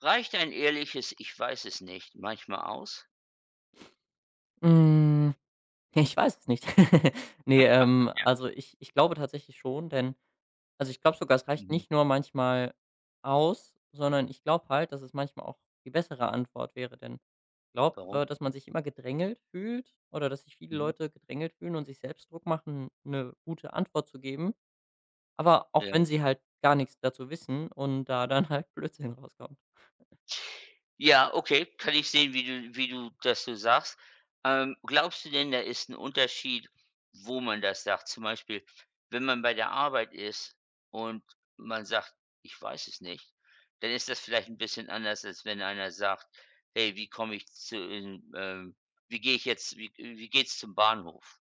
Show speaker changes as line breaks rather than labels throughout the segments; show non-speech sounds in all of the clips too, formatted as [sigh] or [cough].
Reicht ein ehrliches „Ich weiß es nicht" manchmal aus?
Hm, [laughs] ich weiß es nicht. [laughs] Ne, also ich glaube tatsächlich schon, denn also ich glaube sogar, es reicht
Mhm.
nicht nur manchmal aus, sondern ich glaube halt, dass es manchmal auch die bessere Antwort wäre, denn ich glaube,
Warum?
dass man sich immer gedrängelt fühlt oder dass sich viele
Mhm.
Leute gedrängelt fühlen und sich selbst Druck machen, eine gute Antwort zu geben, aber auch wenn
Ja.
sie halt gar nichts dazu wissen und da dann [laughs] halt Blödsinn rauskommt.
Ja, okay, kann ich sehen, wie du das so sagst. Glaubst du denn, da ist 'n Unterschied, wo man das sagt? Zum Beispiel, wenn man bei der Arbeit ist und man sagt: „Ich weiß es nicht", dann ist das vielleicht 'n bisschen anders, als wenn einer sagt: „Hey, wie komme ich zu in wie gehe ich jetzt wie geht's zum Bahnhof?"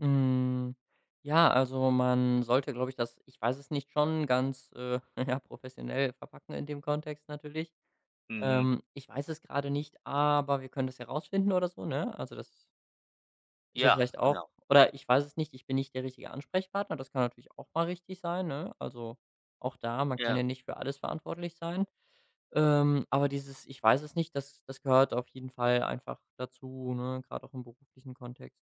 Hm, ja, also man sollte, glaube ich, das ich weiß es nicht, schon ganz, [laughs] ja, professionell verpacken in dem Kontext natürlich.
Mhm.
Ich weiß es gerade nicht, aber wir können das herausfinden oder so, ne? Also, das ist ja
Ja,
vielleicht auch
genau.
oder ich weiß es nicht, ich bin nicht der richtige Ansprechpartner, das kann natürlich auch mal richtig sein, ne? Also, auch da, man kann
Ja.
ja nicht für alles verantwortlich sein. Aber dieses „Ich weiß es nicht“, das gehört auf jeden Fall einfach dazu, ne, grad auch im beruflichen Kontext.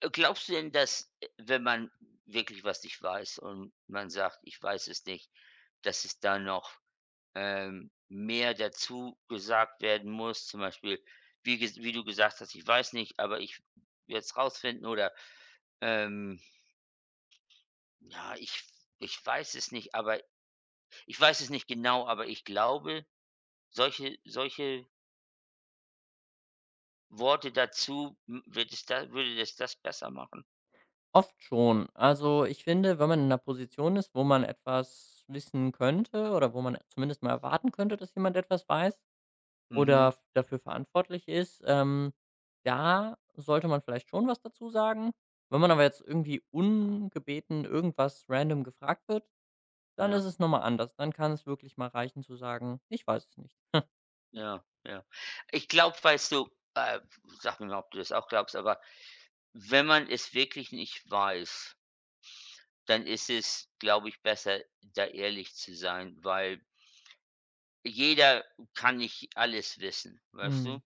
Glaubst du denn, dass, wenn man wirklich was nicht weiß und man sagt: „Ich weiß es nicht", dass es da noch, mehr dazu gesagt werden muss? Zum Beispiel, wie du gesagt hast: „Ich weiß nicht, aber ich werde es rausfinden" oder, ähm, ja: „Ich weiß es nicht, aber ich weiß es nicht genau, aber ich glaube", solche Worte dazu, hm, wird es da würde es das besser machen?
Oft schon. Also, ich finde, wenn man in einer Position ist, wo man etwas wissen könnte oder wo man zumindest mal erwarten könnte, dass jemand etwas weiß oder
Mhm,
f dafür verantwortlich ist, da sollte man vielleicht schon was dazu sagen. Wenn man aber jetzt irgendwie ungebeten irgendwas random gefragt wird, dann
ja.
ist es nochmal anders. Dann kann es wirklich mal reichen zu sagen: „Ich weiß es nicht.“
Ja, ja. Ich glaube, weißt du äh, sag mir mal, ob du das auch glaubst, aber wenn man es wirklich nicht weiß, dann ist es, glaube ich, besser, da ehrlich zu sein, weil jeder kann nicht alles wissen, weißt
Mhm.
du?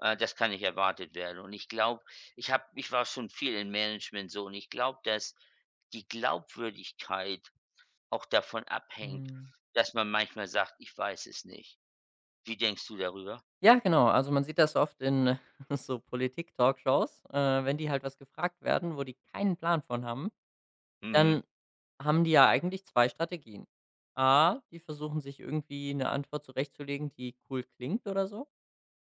Das kann nicht erwartet werden. Und ich glaube, ich war schon viel im Management so und ich glaube, dass die Glaubwürdigkeit auch davon abhängt,
Mhm.
dass man manchmal sagt: „Ich weiß es nicht." Wie denkst du darüber?
Ja, genau. Also, man sieht das oft in [laughs] so Politik-Talkshows, wenn die halt was gefragt werden, wo die keinen Plan von haben,
Mhm.
dann haben die ja eigentlich 2 Strategien. A, die versuchen sich irgendwie eine Antwort zurechtzulegen, die cool klingt oder so.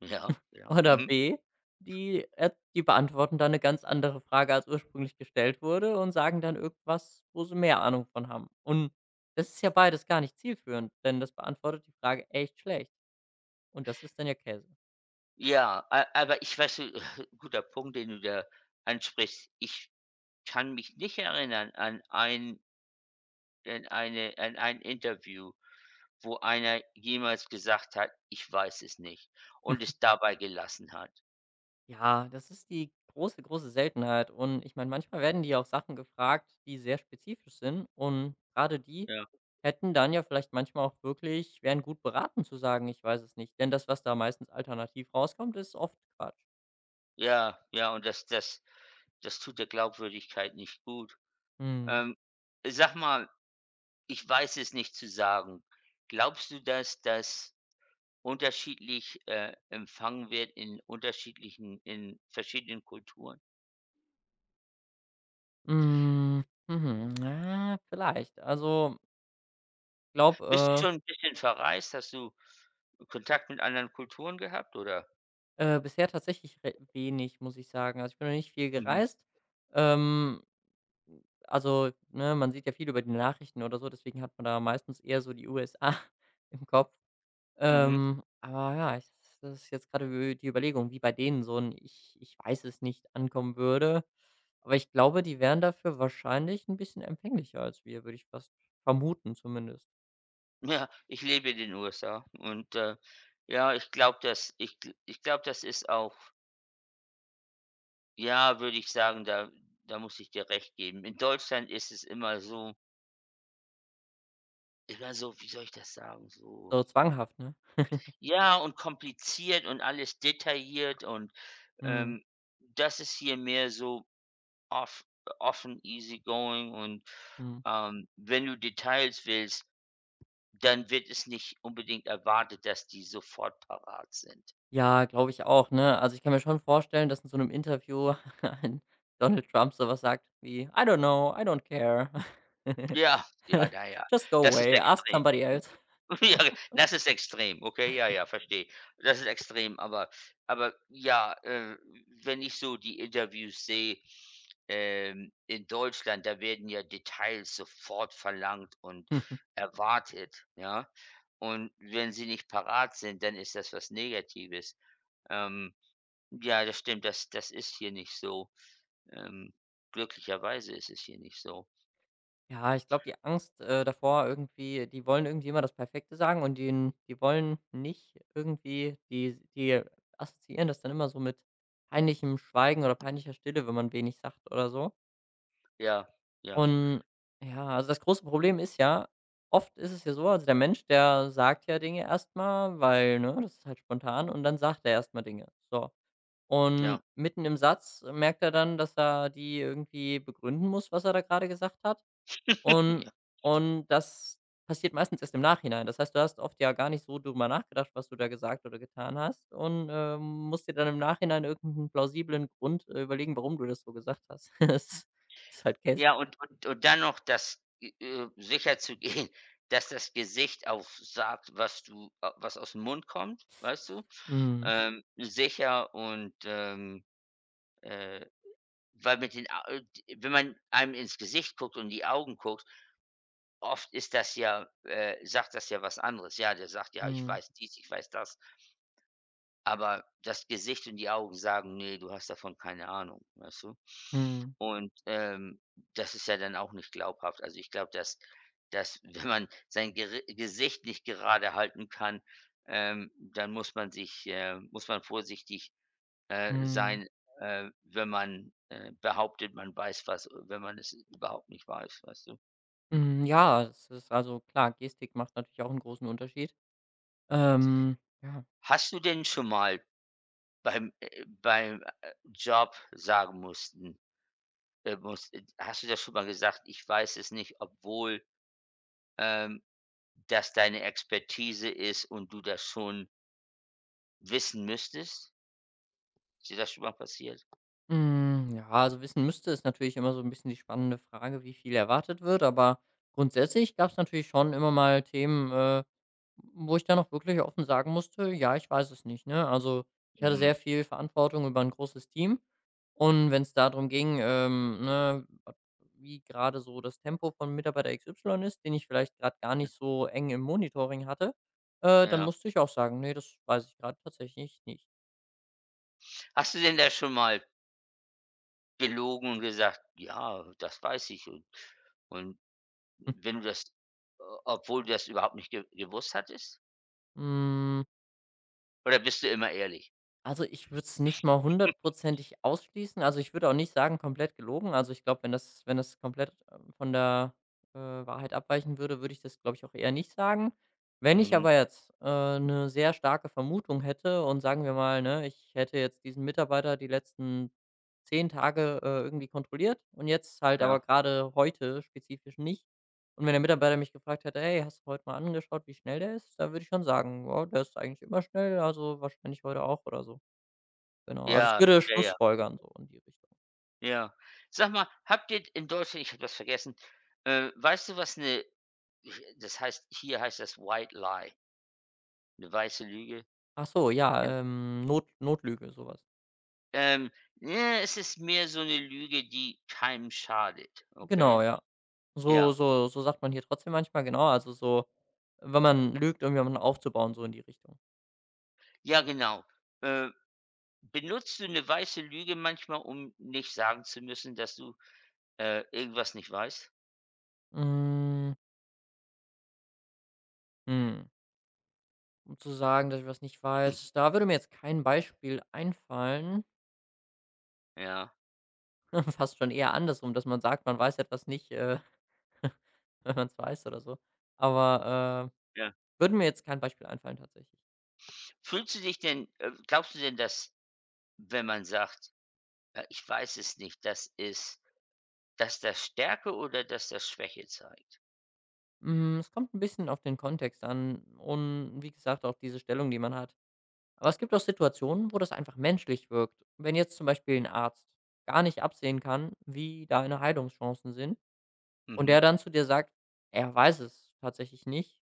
Ja, ja.
[laughs] Oder
Mhm.
B, die beantworten dann eine ganz andere Frage, als ursprünglich gestellt wurde und sagen dann irgendwas, wo sie mehr Ahnung von haben. Und das ist ja beides gar nicht zielführend, denn das beantwortet die Frage echt schlecht und das ist dann ja Käse.
Ja, a aber ich weiß du, [laughs] guter Punkt, den du da ansprichst. Ich kann mich nicht erinnern an ein an eine an ein Interview, wo einer jemals gesagt hat: „Ich weiß es nicht" und es dabei gelassen hat.
Ja, das ist die große, große Seltenheit. Und ich meine, manchmal werden die auch Sachen gefragt, die sehr spezifisch sind. Und gerade die
Ja.
hätten dann ja vielleicht manchmal auch wirklich, wären gut beraten zu sagen, ich weiß es nicht. Denn das, was da meistens alternativ rauskommt, ist oft Quatsch.
Ja, ja, und das tut der Glaubwürdigkeit nicht gut.
Hm.
Ähm, sag mal, „Ich weiß es nicht" zu sagen, glaubst du, dass das unterschiedlich, empfangen wird in unterschiedlichen in verschiedenen Kulturen?
Mm, mhm. Ja, vielleicht. Also, glaube,
Bist du schon 'n bisschen verreist? Hast du Kontakt mit anderen Kulturen gehabt, oder?
bisher tatsächlich wenig, muss ich sagen. Also, ich bin noch nicht viel
Mhm,
gereist. Ähm, Also, ne, man sieht ja viel über die Nachrichten oder so, deswegen hat man da meistens eher so die USA [laughs] im Kopf.
mhm.
Aber ja, ich das ist jetzt gerade ü die Überlegung, wie bei denen so 'n „Ich weiß es nicht“ ankommen würde. Aber ich glaube, die wären dafür wahrscheinlich ein bisschen empfänglicher als wir, würde ich fast vermuten zumindest.
[laughs] Ja, ich lebe in den USA und, ja, ich glaube, dass ich gl ich glaube, das ist auch ja, würde ich sagen, da muss ich dir recht geben. In Deutschland ist es immer so, wie soll ich das sagen, so
So zwanghaft, ne?
ja, und kompliziert und alles detailliert und,
Mhm,
ähm, das ist hier mehr so off offen, easy going und,
mhm.
wenn du Details willst, dann wird es nicht unbedingt erwartet, dass die sofort parat sind.
Ja, glaube ich auch, ne? Also, ich kann mir schon vorstellen, dass in so einem Interview [laughs] ein Donald Trump so was sagt wie: „I don't know, I don't care.“ [laughs]
Ja, ja,
[laughs]
naja,
Just go
das ist
away, ask
extrem.
somebody else.
[laughs] Ja, das ist extrem, okay, ja, ja, verstehe. Das ist extrem, aber ja, wenn ich so die Interviews sehe, in Deutschland, da werden ja Details sofort verlangt und
[laughs]
erwartet, ja? Und wenn sie nicht parat sind, dann ist das was Negatives. Ähm, ja, das stimmt, das ist hier nicht so. Ähm, glücklicherweise ist es hier nicht so.
Ja, ich glaube, die Angst, davor irgendwie die wollen irgendwie immer das Perfekte sagen und die wollen nicht irgendwie die assoziieren das dann immer so mit peinlichem Schweigen oder peinlicher Stille, wenn man wenig sagt oder so.
Ja, ja,
Und ja, also das große Problem ist ja, oft ist es ja so, also der Mensch, der sagt ja Dinge erstmal, weil, ne, das ist halt spontan und dann sagt er erstmal Dinge. So. Und
ja,
mitten im Satz merkt er dann, dass er die irgendwie begründen muss, was er da gerade gesagt hat.
[laughs]
Und
ja.
und das passiert meistens erst im Nachhinein. Das heißt, du hast oft ja gar nicht so drüber nachgedacht, was du da gesagt oder getan hast und, musst dir dann im Nachhinein irgendeinen plausiblen Grund, überlegen, warum du das so gesagt hast. [laughs] Es ist halt Käse.
Ja, und dann noch das, sicher zu gehen, [laughs] dass das Gesicht auch sagt, was du a was aus dem Mund kommt, weißt du?
Mhm.
Sicher und, äh weil mit den Au d wenn man einem ins Gesicht guckt und die Augen guckt, oft ist das ja sagt das ja was anderes. Ja, der sagt: „Ja, ich
Mhm.
weiß dies, ich weiß das." Aber das Gesicht und die Augen sagen: „Nee, du hast davon keine Ahnung", weißt du?
Mhm.
Und, das ist ja dann auch nicht glaubhaft. Also, ich glaube, dass [laughs] wenn man sein Geri Gesicht nicht gerade halten kann, dann muss man vorsichtig,
Mhm.
sein, wenn man, behauptet, man weiß was, wenn man es überhaupt nicht weiß, weißt du?
Mhm. Ja, es ist also klar, Gestik macht natürlich auch einen großen Unterschied. Ähm, ja.
Hast du denn schon mal beim, Job sagen mussten? Muss Hast du das schon mal gesagt: „Ich weiß es nicht", obwohl, ähm, das deine Expertise ist und du das schon wissen müsstest? Ist dir das schon mal passiert?
Hm, ja, also wissen müsste ist natürlich immer so ein bisschen die spannende Frage, wie viel erwartet wird, aber grundsätzlich gab es natürlich schon immer mal Themen, wo ich dann auch wirklich offen sagen musste: „Ja, ich weiß es nicht“, ne? Also, ich hatte
Mhm,
sehr viel Verantwortung über ein großes Team und wenn es darum ging, ne, wie gerade so das Tempo von Mitarbeiter XY ist, den ich vielleicht gerade gar nicht so eng im Monitoring hatte, dann
ja.
musste ich auch sagen: „Ne, das weiß ich gerade tatsächlich nicht.“
Hast du denn da schon mal belogen und gesagt: „Ja, das weiß ich" und
[laughs]
wenn du das o obwohl du das überhaupt nicht ge gewusst hattest?
Hm.
Oder bist du immer ehrlich?
Also, ich würde es nicht mal hundertprozentig ausschließen. Also, ich würde auch nicht sagen, komplett gelogen. Also, ich glaube, wenn das komplett, von der, Wahrheit abweichen würde, würde ich das, glaube ich, auch eher nicht sagen. Wenn ich
Mhm,
aber jetzt, 'ne sehr starke Vermutung hätte und sagen wir mal, ne, ich hätte jetzt diesen Mitarbeiter die letzten 10 Tage, irgendwie kontrolliert und jetzt halt aber
ja.
gerade heute spezifisch nicht. Und wenn der Mitarbeiter mich gefragt hätte: „Hey, hast du heute mal angeschaut, wie schnell der ist?“ Dann würde ich schon sagen: „Ja, der ist eigentlich immer schnell, also wahrscheinlich heute auch“ oder so. Genau, also, ich
Ja,
würde
ja, ja,
schlussfolgern so in die Richtung.
ja. Sag mal, habt ihr in Deutschland, ich habe das vergessen, weißt du, was eine Ich das heißt hier heißt das White Lie, eine weiße Lüge.
Ach so,
Gen
ja, Not Notlüge, sowas.
ähm, ne, es ist mehr so eine Lüge, die keinem schadet, okay?
Genau, ja. So
Ja,
so so sagt man hier trotzdem manchmal, genau, also, so, wenn man lügt, um jemanden aufzubauen, so in die Richtung.
ja, genau. Äh, benutzt du eine weiße Lüge manchmal, um nicht sagen zu müssen, dass du, irgendwas nicht weißt?
Hm, hm, um zu sagen, dass ich was nicht weiß, da würde mir jetzt kein Beispiel einfallen.
Ja,
[laughs] Fast schon eher andersrum, dass man sagt, man weiß etwas nicht, [laughs] wenn man's weiß oder so. Aber,
ja.
würde mir jetzt kein Beispiel einfallen tatsächlich.
Fühlst du dich denn glaubst du denn, dass wenn man sagt: ich weiß es nicht", dass das Stärke oder dass das Schwäche zeigt?
Hm, es kommt ein bisschen auf den Kontext an und wie gesagt, auch diese Stellung, die man hat. Aber es gibt auch Situationen, wo das einfach menschlich wirkt. Wenn jetzt zum Beispiel ein Arzt gar nicht absehen kann, wie deine Heilungschancen sind und der
Mhm.
dann zu dir sagt, er weiß es tatsächlich nicht,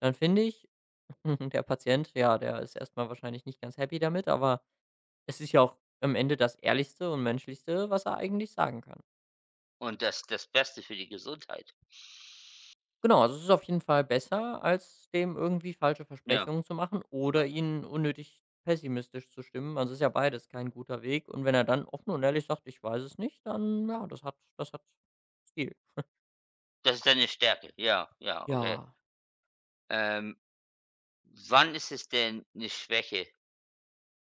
dann finde ich, [laughs] der Patient, ja, der ist erst mal wahrscheinlich nicht ganz happy damit, aber es ist ja auch am Ende das Ehrlichste und Menschlichste, was er eigentlich sagen kann.
Und das Beste für die Gesundheit.
Genau, also es ist auf jeden Fall besser, als dem irgendwie falsche
Ja,
Versprechungen zu machen
genau.
oder ihn unnötig pessimistisch zu stimmen. Also ist ja beides kein guter Weg. Und wenn er dann offen und ehrlich sagt, ich weiß es nicht, dann ja, das hat Stil.
Das ist deine Stärke. Ja, ja, okay.
Ja.
Ähm, wann ist es denn eine Schwäche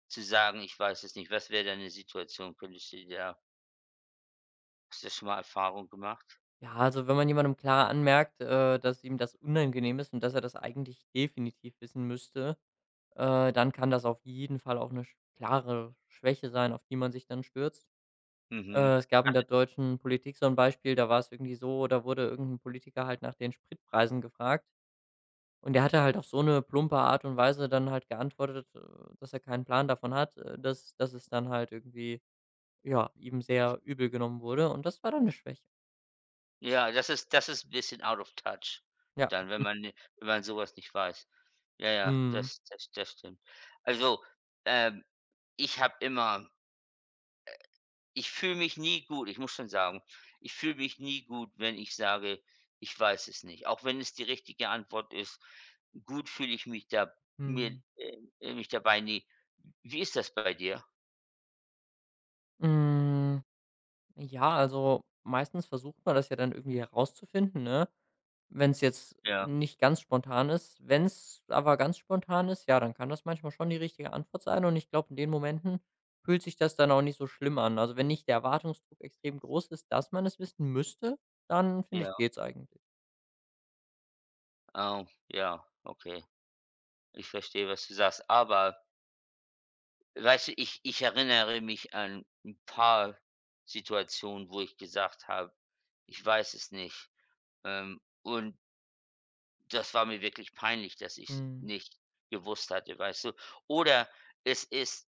zu sagen: „Ich weiß es nicht"? Was wäre da 'ne Situation? Könntest du da, hast du da schon mal Erfahrung gemacht?
Ja, also wenn man jemandem klar anmerkt, dass ihm das unangenehm ist und dass er das eigentlich definitiv wissen müsste, dann kann das auf jeden Fall auch eine klare Schwäche sein, auf die man sich dann stürzt.
Mhm.
Es gab in der deutschen Politik so ein Beispiel, da war es irgendwie so, da wurde irgendein Politiker halt nach den Spritpreisen gefragt und der hatte halt auf so eine plumpe Art und Weise dann halt geantwortet, dass er keinen Plan davon hat, dass es dann halt irgendwie, ja, ihm sehr übel genommen wurde und das war dann eine Schwäche.
Ja, das ist, das ist ein bisschen out of touch
Ja.
dann, wenn man wenn man sowas nicht weiß. Ja, ja,
Mhm.
das stimmt. Also, ähm, ich habe immer, ich fühle mich nie gut, ich muss schon sagen, ich fühle mich nie gut, wenn ich sage: „Ich weiß es nicht", auch wenn es die richtige Antwort ist. Gut fühle ich mich da mir
Mhm.
mich dabei nie. Wie ist das bei dir?
Hm, ja, also meistens versucht man das ja dann irgendwie herauszufinden, ne? Wenn es jetzt
Ja,
nicht ganz spontan ist. Wenn es aber ganz spontan ist, ja, dann kann das manchmal schon die richtige Antwort sein und ich glaube, in den Momenten fühlt sich das dann auch nicht so schlimm an. Also, wenn nicht der Erwartungsdruck extrem groß ist, dass man es wissen müsste, dann finde
ja,
ich, geht's eigentlich.
oh, ja, okay. Ich verstehe, was du sagst. Aber weißt du, ich erinnere mich an ein paar Situationen, wo ich gesagt habe: „Ich weiß es nicht." Und das war mir wirklich peinlich, dass ich's
Mhm.
nicht gewusst hatte, weißt du? Oder es ist,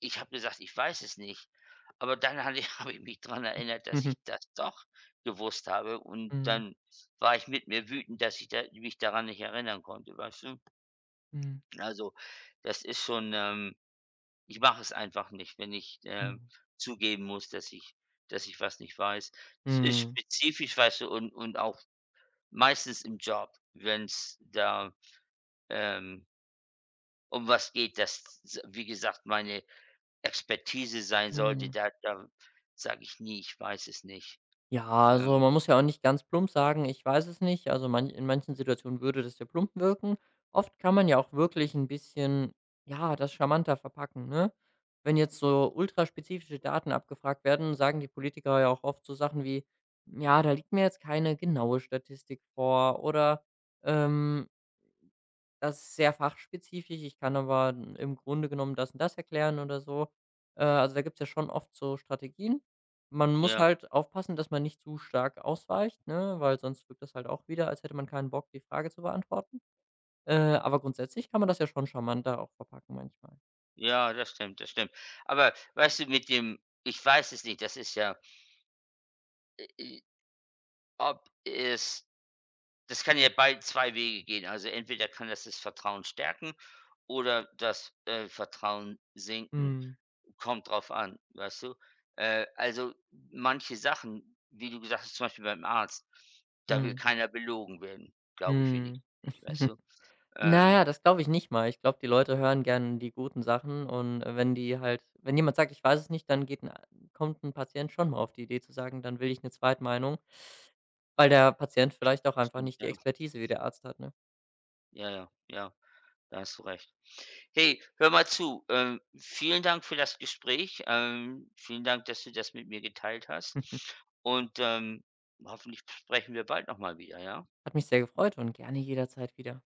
ich habe gesagt: „Ich weiß es nicht." Aber dann hatte ich [laughs] habe ich mich dran erinnert, dass
Mhm.
ich das doch gewusst habe und
Mhm.
dann war ich mit mir wütend, dass ich da mich daran nicht erinnern konnte, weißt du?
Mhm.
Also, das ist schon, ähm, ich mache es einfach nicht, wenn ich,
Mhm.
zugeben muss, dass ich was nicht weiß. Es ist
Mhm.
spezifisch, weißt du, und auch meistens im Job, wenn es da, ähm, um was geht, dass, wie gesagt, meine Expertise sein sollte, da
[laughs]
da sage ich nie: „Ich weiß es nicht."
Ja, also
Ähm,
man muss ja auch nicht ganz plump sagen, ich weiß es nicht. Also man in manchen Situationen würde das ja plump wirken. Oft kann man ja auch wirklich ein bisschen, ja, das charmanter verpacken, ne? Wenn jetzt so ultraspezifische Daten abgefragt werden, sagen die Politiker ja auch oft so Sachen wie: „Ja, da liegt mir jetzt keine genaue Statistik vor“ oder, ähm das ist sehr fachspezifisch. Ich kann aber im Grunde genommen das und das erklären oder so. Also, da gibt es ja schon oft so Strategien. Man muss
ja,
halt aufpassen, dass man nicht zu stark ausweicht, ne, weil sonst wirkt das halt auch wieder, als hätte man keinen Bock, die Frage zu beantworten. Aber grundsätzlich kann man das ja schon charmanter auch verpacken manchmal.
ja, das stimmt, das stimmt. Aber weißt du, mit dem „Ich weiß es nicht", das ist ja, äh, ob es das kann ja bald 2 Wege gehen. Also, entweder kann das das Vertrauen stärken oder das, Vertrauen sinken.
Mhm.
Kommt drauf an, weißt du? Äh, also, manche Sachen, wie du gesagt hast, zum Beispiel beim Arzt, da will
Mhm.
keiner belogen werden, glaube ich
Mhm.
wenigstens nicht, weißt du?
[laughs] Na
Ähm.
ja, das glaube ich nicht mal. Ich glaube, die Leute hören gerne die guten Sachen und, wenn die halt wenn jemand sagt: „Ich weiß es nicht“, dann geht ein a kommt ein Patient schon mal auf die Idee zu sagen: „Dann will ich 'ne Zweitmeinung“, weil der Patient vielleicht auch einfach
Stimmt,
nicht die
ja.
Expertise wie der Arzt hat, ne?
Ja, ja, ja, da hast du recht. Hey, hör mal zu, vielen Dank für das Gespräch. Vielen Dank, dass du das mit mir geteilt hast
[laughs]
und, hoffentlich sprechen wir bald noch mal wieder, ja?
Hat mich sehr gefreut und gerne jederzeit wieder.